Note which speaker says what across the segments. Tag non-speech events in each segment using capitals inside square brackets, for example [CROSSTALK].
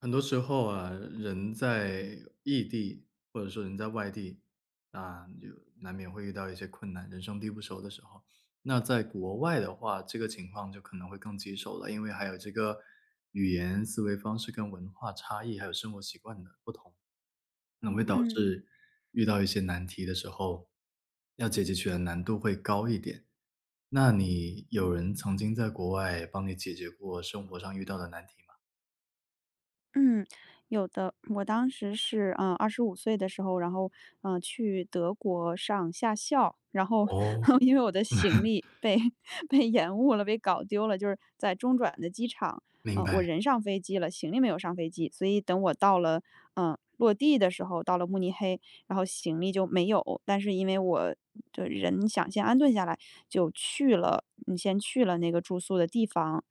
Speaker 1: 很多时候啊，人在异地或者说人在外地，啊，就难免会遇到一些困难，人生地不熟的时候。那在国外的话，这个情况就可能会更棘手了，因为还有这个语言、思维方式跟文化差异，还有生活习惯的不同，可能会导
Speaker 2: 嗯
Speaker 1: 致遇到一些难题的时候，要解决起来难度会高一点。那你有人曾经在国外帮你解决过生活上遇到的难题吗？
Speaker 2: 嗯，有的。我当时是，二十五岁的时候，然后，去德国上下校，然后
Speaker 1: 哦，
Speaker 2: [LAUGHS] 因为我的行
Speaker 1: [LAUGHS]
Speaker 2: 李被 [LAUGHS] 被延误了，被搞丢了，就是在中转的机场，
Speaker 1: 明白。
Speaker 2: 我人上飞机了，行李没有上飞机，所以等我到了，落地的时候，到了慕尼黑，然后行李就没有，但是因为我就人想先安顿下来，就去了，先去了那个住宿的地方。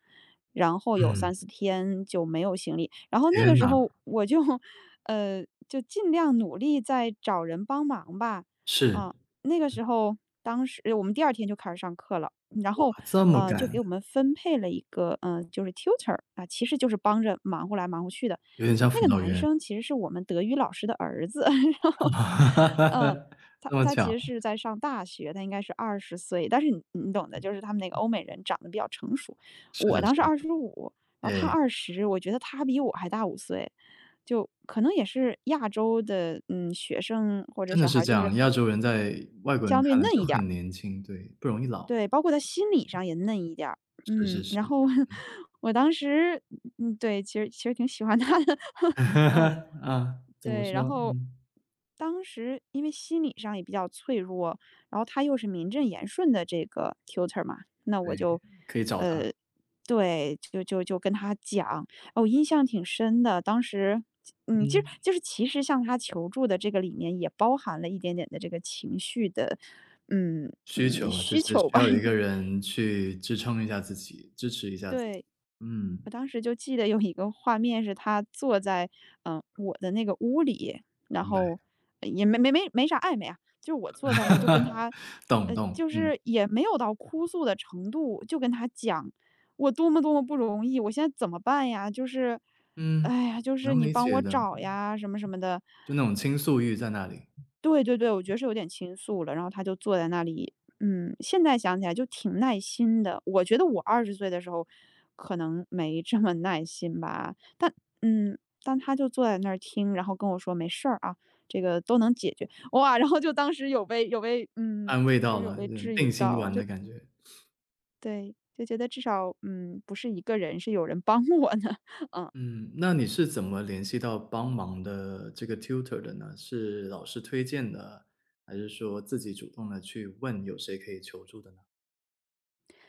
Speaker 2: 然后有
Speaker 1: 嗯，
Speaker 2: 三四天就没有行李。然后那个
Speaker 1: 天
Speaker 2: 时
Speaker 1: 呐，
Speaker 2: 候我就，[LAUGHS] 就尽量努力在找人帮忙吧。
Speaker 1: 是，
Speaker 2: 啊，那个时候当时我们第二天就开始上课了，然
Speaker 1: 哇，
Speaker 2: 后，
Speaker 1: 这么
Speaker 2: 就
Speaker 1: 赶，
Speaker 2: 给我们分配了一个，就是 tutor，啊，其实就是帮着忙活来忙活去的。
Speaker 1: 有点像
Speaker 2: 那
Speaker 1: 辅
Speaker 2: 个
Speaker 1: 导
Speaker 2: 男
Speaker 1: 员。
Speaker 2: 生其实是我们德语老师的儿子，[LAUGHS] 然后，嗯，
Speaker 1: [LAUGHS]
Speaker 2: 他
Speaker 1: 这么
Speaker 2: 他
Speaker 1: 巧，
Speaker 2: 其实是在上大学，他应该是二十岁，但是你懂的，就是他们那个欧美人长得比较成熟。
Speaker 1: 是
Speaker 2: 我
Speaker 1: 的是
Speaker 2: 当时二十五，然
Speaker 1: 的，
Speaker 2: 后他
Speaker 1: 哎，
Speaker 2: 二十，我觉得他比我还大五岁，就可能也是亚洲的，学生或者
Speaker 1: 真的
Speaker 2: 小孩
Speaker 1: 是
Speaker 2: 儿
Speaker 1: 这
Speaker 2: 就
Speaker 1: 样，
Speaker 2: 是
Speaker 1: 亚洲人在外国人
Speaker 2: 相对
Speaker 1: 看来
Speaker 2: 嫩
Speaker 1: 就
Speaker 2: 一点
Speaker 1: 很年轻，对，不容易老，
Speaker 2: 对，包括他心理上也嫩一点儿。
Speaker 1: 是
Speaker 2: 嗯，
Speaker 1: 是
Speaker 2: 然
Speaker 1: 是。
Speaker 2: 后 [LAUGHS] 我当时对，其实挺喜欢他的，[LAUGHS] 嗯。
Speaker 1: [LAUGHS] 啊，怎么
Speaker 2: 对，然
Speaker 1: 说？
Speaker 2: 后
Speaker 1: 嗯，
Speaker 2: 当时因为心理上也比较脆弱，然后他又是名正言顺的这个 tutor 嘛，那我
Speaker 1: 对，
Speaker 2: 就，
Speaker 1: 可以找他。
Speaker 2: 呃，对，就跟他讲，哦，印象挺深的。当时，就
Speaker 1: 嗯，
Speaker 2: 就是其实向他求助的这个里面也包含了一点点的这个情绪的，
Speaker 1: 需求就
Speaker 2: 需
Speaker 1: 是
Speaker 2: 求
Speaker 1: 需
Speaker 2: 吧，
Speaker 1: 要有一
Speaker 2: 因
Speaker 1: 个
Speaker 2: 为
Speaker 1: 人去支撑一下自己，支持一下自己。
Speaker 2: 对，
Speaker 1: 嗯，
Speaker 2: 我当时就记得有一个画面是他坐在，我的那个屋里，然
Speaker 1: 明白，
Speaker 2: 后也没啥暧昧啊，就是我坐在那儿就跟
Speaker 1: [LAUGHS]
Speaker 2: 他，
Speaker 1: 懂懂，
Speaker 2: 就
Speaker 1: 嗯，
Speaker 2: 是也没有到哭诉的程度，就跟他讲我多么多么不容易，我现在怎么办呀？就是，
Speaker 1: 嗯，
Speaker 2: 哎呀，就是
Speaker 1: 能
Speaker 2: 你
Speaker 1: 理
Speaker 2: 帮
Speaker 1: 解
Speaker 2: 我
Speaker 1: 的，
Speaker 2: 找呀，什么什么的。
Speaker 1: 就那种倾诉欲在那里。
Speaker 2: 对对对，我觉得是有点倾诉了，然后他就坐在那里，现在想起来就挺耐心的。我觉得我二十岁的时候可能没这么耐心吧，嗯，但他就坐在那儿听，然后跟我说："没事儿啊，这个都能解决。"哇，然后就当时有被有被嗯，
Speaker 1: 安慰
Speaker 2: 就
Speaker 1: 到
Speaker 2: 是有
Speaker 1: 了，
Speaker 2: 被
Speaker 1: 嗯，
Speaker 2: 治
Speaker 1: 定
Speaker 2: 愈
Speaker 1: 心
Speaker 2: 到，
Speaker 1: 丸
Speaker 2: 就
Speaker 1: 的感觉。
Speaker 2: 对，就觉得至少，不是一个人，是有人帮我呢。
Speaker 1: 嗯，那你是怎么联系到帮忙的这个 tutor 的呢？是老师推荐的，还是说自己主动的去问有谁可以求助的呢？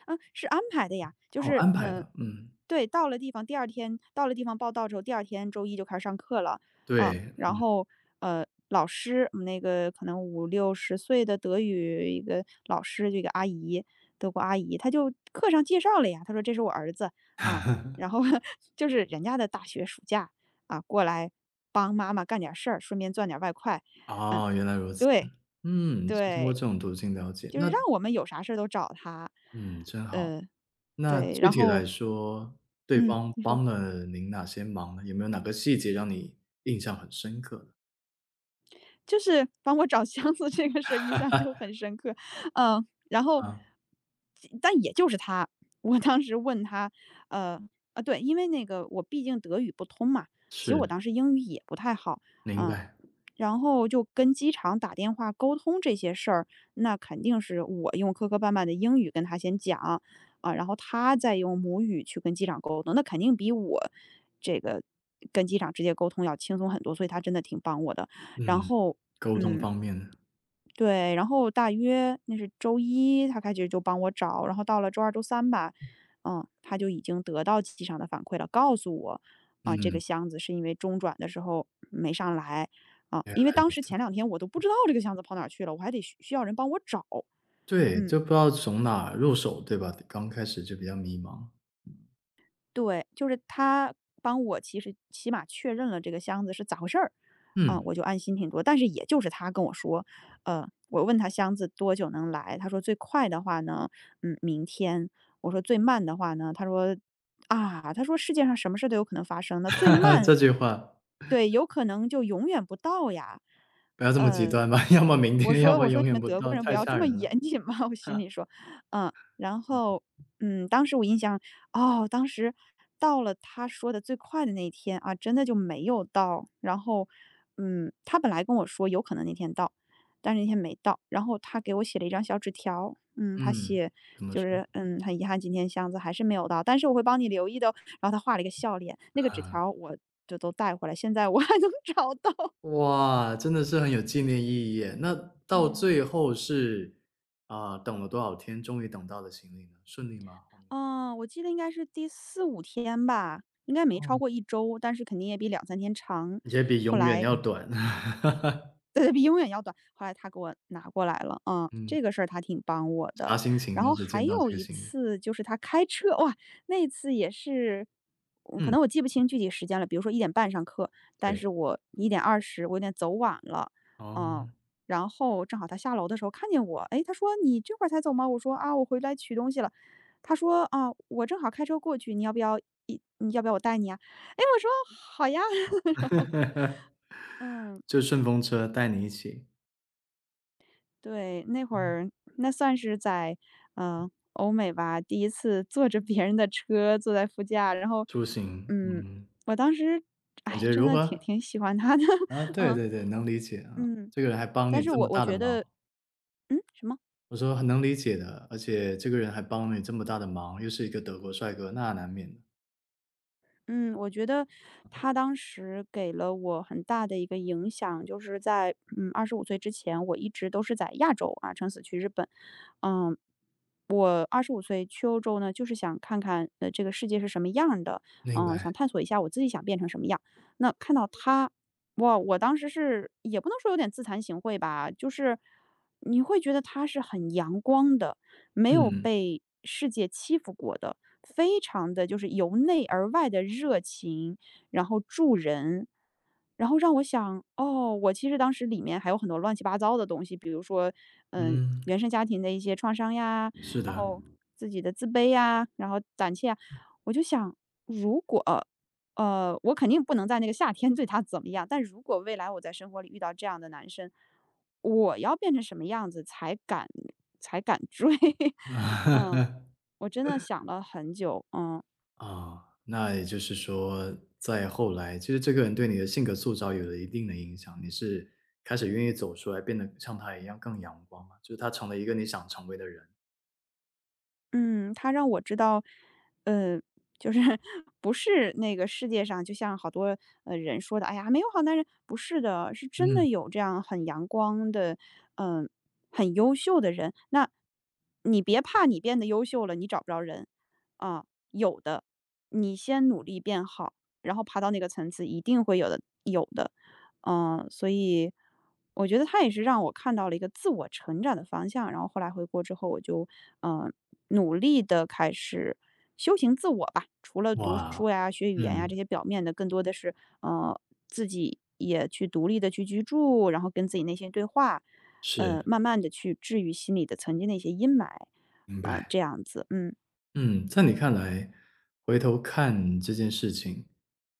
Speaker 2: 嗯，是安排的呀，就
Speaker 1: 哦，
Speaker 2: 是
Speaker 1: 安排的，嗯，
Speaker 2: 对，到了地方，第二天到了地方报到之后，第二天周一就开始上课了，啊，
Speaker 1: 对，
Speaker 2: 然后老师，我们那个可能五六十岁的德语一个老师，这个阿姨，德国阿姨，她就课上介绍了呀，她说这是我儿子啊，然后 [LAUGHS] 就是人家的大学暑假啊，过来帮妈妈干点事儿，顺便赚点外快，嗯，
Speaker 1: 哦，原来如此。
Speaker 2: 对
Speaker 1: 嗯，是通过这
Speaker 2: 对，
Speaker 1: 种途径了解，
Speaker 2: 就
Speaker 1: 那
Speaker 2: 是让我们有啥事儿都找他，
Speaker 1: 嗯，真好。
Speaker 2: 呃，
Speaker 1: 那
Speaker 2: 对，
Speaker 1: 具
Speaker 2: 然
Speaker 1: 体来
Speaker 2: 后
Speaker 1: 说，对
Speaker 2: 嗯，
Speaker 1: 方
Speaker 2: 你说。
Speaker 1: 帮了您哪些忙呢？有没有哪个细节让你印象很深刻的？
Speaker 2: 就是帮我找箱子这个事儿印象就很深刻。然后
Speaker 1: 啊，
Speaker 2: 但也就是他，我当时问他，呃，啊对，因为那个我毕竟德语不通嘛，其实我
Speaker 1: 是，
Speaker 2: 当时英语也不太好，
Speaker 1: 明
Speaker 2: 嗯，
Speaker 1: 白，
Speaker 2: 然后就跟机场打电话沟通这些事儿，那肯定是我用磕磕绊绊的英语跟他先讲，啊，然后他再用母语去跟机长沟通，那肯定比我这个跟机长直接沟通要轻松很多，所以他真的挺帮我的。然
Speaker 1: 嗯，
Speaker 2: 后
Speaker 1: 沟通
Speaker 2: 嗯，
Speaker 1: 方面的。
Speaker 2: 对，然后大约那是周一，他开始就帮我找，然后到了周二、周三吧，他就已经得到机器上的反馈了，告诉我，啊，这个
Speaker 1: 嗯，
Speaker 2: 箱子是因为中转的时候没上来，啊，
Speaker 1: 原
Speaker 2: 因为
Speaker 1: 来
Speaker 2: 当
Speaker 1: 如
Speaker 2: 时
Speaker 1: 此。
Speaker 2: 前2天我都不知道这个箱子跑哪儿去了，我还得需要人帮我找，
Speaker 1: 对，
Speaker 2: 嗯。
Speaker 1: 就不知道从哪入手，对吧？刚开始就比较迷茫。
Speaker 2: 对，就是他帮我其实起码确认了这个箱子是咋回事儿，啊，
Speaker 1: 嗯，
Speaker 2: 我就安心挺多。但是也就是他跟我说，我问他箱子多久能来，他说最快的话呢，明天。我说最慢的话呢，他说啊，他说世界上什么事都有可能发生那最
Speaker 1: [LAUGHS]
Speaker 2: 慢
Speaker 1: 这句话
Speaker 2: 对，有可能就永远不到呀。
Speaker 1: 不要这么极
Speaker 2: 呃，
Speaker 1: 端吧，[LAUGHS] 要么明
Speaker 2: 我
Speaker 1: 天，要
Speaker 2: 说
Speaker 1: 么
Speaker 2: 我说
Speaker 1: 永
Speaker 2: 你
Speaker 1: 远
Speaker 2: 们
Speaker 1: 不
Speaker 2: 德
Speaker 1: 到，
Speaker 2: 国人不
Speaker 1: 太
Speaker 2: 要
Speaker 1: 吓
Speaker 2: 这么
Speaker 1: 人了。
Speaker 2: 严谨嘛，[LAUGHS] 我心里说，嗯，然
Speaker 1: 啊
Speaker 2: 后当时我印象，哦，当时到了他说的最快的那一天啊，真的就没有到。然后，他本来跟我说有可能那天到，但是那天没到。然后他给我写了一张小纸条，他
Speaker 1: 嗯，
Speaker 2: 写
Speaker 1: 怎么
Speaker 2: 就
Speaker 1: 说？
Speaker 2: 是，很遗憾今天箱子还是没有到，但是我会帮你留意的哦。然后他画了一个笑脸，那个纸
Speaker 1: 啊，
Speaker 2: 条我就都带回来，现在我还能 [LAUGHS] 找到。
Speaker 1: 哇，真的是很有纪念意义耶。那到
Speaker 2: 嗯，
Speaker 1: 最后是，啊，等了多少天，终于等到了行李呢？顺利吗？后面
Speaker 2: 哦，我记得应该是第四五天吧，应该没超
Speaker 1: 哦，
Speaker 2: 过一周，但是肯定也比两三天长。
Speaker 1: 也比永
Speaker 2: 后
Speaker 1: 远
Speaker 2: 来
Speaker 1: 要短。[LAUGHS]
Speaker 2: 对对，比永远要短。后来他给我拿过来了，
Speaker 1: 嗯，
Speaker 2: 这个事儿他挺帮我
Speaker 1: 啥
Speaker 2: 的。
Speaker 1: 心情
Speaker 2: 然
Speaker 1: 当
Speaker 2: 后
Speaker 1: 时
Speaker 2: 还
Speaker 1: 见到
Speaker 2: 有
Speaker 1: 这个
Speaker 2: 一
Speaker 1: 行李？
Speaker 2: 次就是他开车，哇，那次也是，可
Speaker 1: 嗯，
Speaker 2: 能我记不清具体时间了，比如说1点半上课，但
Speaker 1: 对，
Speaker 2: 是我1点20，我有点走晚了，嗯，
Speaker 1: 哦。
Speaker 2: 然后正好他下楼的时候看见我，哎，他说你这会儿才走吗？我说啊，我回来取东西了。他说啊，我正好开车过去，你要不要我带你啊？哎，我说好呀，[LAUGHS] 然后
Speaker 1: [LAUGHS]
Speaker 2: 嗯，
Speaker 1: 就顺风车带你一起
Speaker 2: 对，那会儿那算是在，欧美吧，第一次坐着别人的车，坐在副驾，然后，
Speaker 1: 出行，
Speaker 2: 嗯，
Speaker 1: 嗯，
Speaker 2: 我当时，
Speaker 1: 感
Speaker 2: 哎，
Speaker 1: 觉
Speaker 2: 真
Speaker 1: 如
Speaker 2: 的挺
Speaker 1: 何？
Speaker 2: 挺喜欢他的，
Speaker 1: 啊，
Speaker 2: [LAUGHS]
Speaker 1: 对
Speaker 2: 嗯，
Speaker 1: 对对，能理解啊，
Speaker 2: 嗯，
Speaker 1: 这个人还帮你
Speaker 2: 但是
Speaker 1: 这
Speaker 2: 我
Speaker 1: 么
Speaker 2: 我
Speaker 1: 大的
Speaker 2: 觉
Speaker 1: 忙，
Speaker 2: 得什么？
Speaker 1: 我说很能理解的，而且这个人还帮你这么大的忙，又是一个德国帅哥，那难免的。
Speaker 2: 嗯，我觉得他当时给了我很大的一个影响，就是在，二十五岁之前，我一直都是在亚洲啊，撑死去日本，嗯，我二十五岁去欧洲呢，就是想看看，这个世界是什么样儿的，
Speaker 1: 明白，
Speaker 2: 想探索一下我自己想变成什么样。那看到他，哇，我当时是也不能说有点自惭形秽吧，就是你会觉得他是很阳光的，没有
Speaker 1: 嗯
Speaker 2: 被世界欺负过的，非常的就是由内而外的热情，然后助人，然后让我想，哦，我其实当时里面还有很多乱七八糟的东西，比如说，
Speaker 1: 嗯，
Speaker 2: 原生家庭的一些创伤呀，
Speaker 1: 是
Speaker 2: 然
Speaker 1: 的，
Speaker 2: 后自己的自卑呀，然后胆怯啊，我就想，如果，我肯定不能在那个夏天 [LAUGHS] 对他怎么样，但如果未来我在生活里遇到这样的男生，我要变成什么样子才敢追？[LAUGHS] 嗯，
Speaker 1: [LAUGHS]
Speaker 2: 我真的想了很久，嗯。
Speaker 1: 啊，那也就是说，在后来，其实这个人对你的性格塑造有了一定的影响，你是开始愿意走出来，变得像他一样更阳光嘛，就是他成了一个你想成为的人。
Speaker 2: 嗯，他让我知道，呃，就是 [LAUGHS] 不是那个世界上，就像好多人说的，哎呀，没有好男人，不是的，是真
Speaker 1: 嗯，
Speaker 2: 的有这样很阳光的，嗯、很优秀的人。那你别怕，你变得优秀了，你找不着人啊，有的，你先努力变好，然后爬到那个层次，一定会有的，有的。所以我觉得他也是让我看到了一个自我成长的方向。然后后来回国之后，我就嗯、呃努力的开始修行自我吧。除了读
Speaker 1: 哇，
Speaker 2: 书呀、学语言呀这
Speaker 1: 嗯。
Speaker 2: 些表面的，更多的是呃自己也去独立的去居住，然后跟自己内心对话，
Speaker 1: 是，
Speaker 2: 慢慢的去治愈心里的曾经的一些阴霾，
Speaker 1: 明
Speaker 2: 啊、
Speaker 1: 白。
Speaker 2: 这样子，嗯
Speaker 1: 嗯，在你看来，回头看这件事情，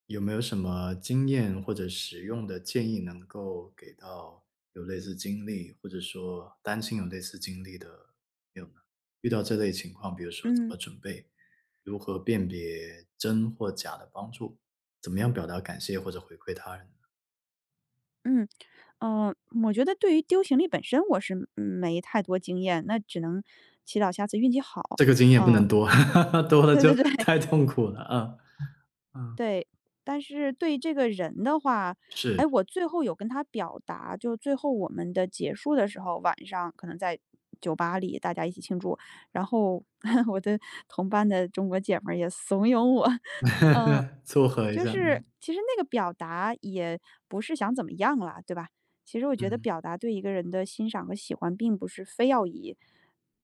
Speaker 1: 有没有什么经验或者实用的建议能够给到有类似经历，或者说担心有类似经历的朋友呢？遇到这类情况，比如说怎么
Speaker 2: 嗯。
Speaker 1: 准备，如何辨别真或假的帮助，怎么样表达感谢或者回馈他人呢
Speaker 2: 嗯，呃，我觉得对于丢行李本身我是没太多经验，那只能祈祷下次运气好，
Speaker 1: 这个经验不
Speaker 2: 啊，
Speaker 1: 能多，[LAUGHS] 多了
Speaker 2: 对对
Speaker 1: 就
Speaker 2: 对。
Speaker 1: 太痛苦了啊。
Speaker 2: 对，但是对这个人的话，
Speaker 1: 是，
Speaker 2: 哎，我最后有跟他表达，就最后我们的结束的时候，晚上可能在酒吧里大家一起庆祝，然后 [LAUGHS] 我的同班的中国姐们儿也怂恿我，[LAUGHS] 嗯，
Speaker 1: [LAUGHS] 撮合一
Speaker 2: 就
Speaker 1: 下，
Speaker 2: 是
Speaker 1: 嗯，
Speaker 2: 其实那个表达也不是想怎么样啦，对吧？其实我觉得
Speaker 1: 嗯。
Speaker 2: 表达对一个人的欣赏和喜欢，并不是非要以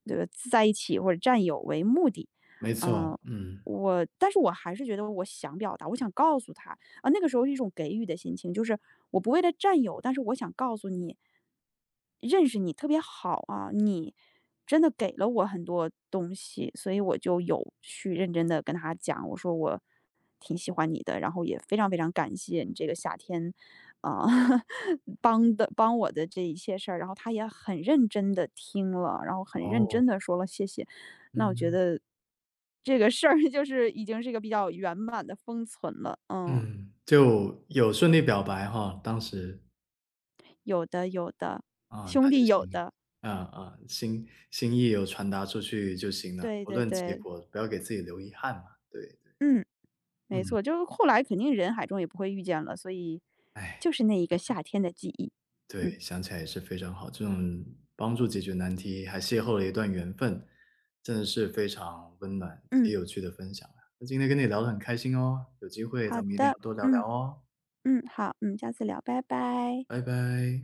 Speaker 2: 这个在一起或者占有为目的，
Speaker 1: 没错，
Speaker 2: 嗯、
Speaker 1: 嗯，
Speaker 2: 但是我还是觉得我想表达，我想告诉他，啊，那个时候是一种给予的心情，就是我不为了占有，但是我想告诉你，认识你特别好啊，你真的给了我很多东西，所以我就有去认真的跟他讲，我说我挺喜欢你的，然后也非常非常感谢你这个夏天啊、[LAUGHS] 帮我的这一些事儿，然后他也很认真的听了，然后很认
Speaker 1: 哦，
Speaker 2: 真的说了谢谢，那我觉
Speaker 1: 嗯，
Speaker 2: 得这个事儿 [LAUGHS] 就是已经是一个比较圆满的封存了。嗯，
Speaker 1: 嗯，就有顺利表白哈，当时，
Speaker 2: 有的有的，
Speaker 1: 啊，
Speaker 2: 兄
Speaker 1: 那就
Speaker 2: 弟有
Speaker 1: 行，
Speaker 2: 的，
Speaker 1: 啊，啊，心心意有传达出去就行了，
Speaker 2: 对
Speaker 1: 不
Speaker 2: 对
Speaker 1: 论结
Speaker 2: 对，
Speaker 1: 果，不要给自己留遗憾嘛，对，对
Speaker 2: 嗯，没
Speaker 1: 嗯，
Speaker 2: 错，就是后来肯定人海中也不会遇见了，所以
Speaker 1: 哎，
Speaker 2: 就是那一个夏天的记忆。
Speaker 1: 对，
Speaker 2: 嗯
Speaker 1: 想起来也是非常好，这种帮助解决难题，还邂逅了一段缘分，真的是非常温暖也
Speaker 2: 嗯，
Speaker 1: 有趣的分享啊，那今天跟你聊得很开心哦，有机会
Speaker 2: 好
Speaker 1: 咱们一定要
Speaker 2: 的，
Speaker 1: 多聊
Speaker 2: 嗯
Speaker 1: 聊哦，
Speaker 2: 嗯，好，下次聊，拜拜。
Speaker 1: 拜拜。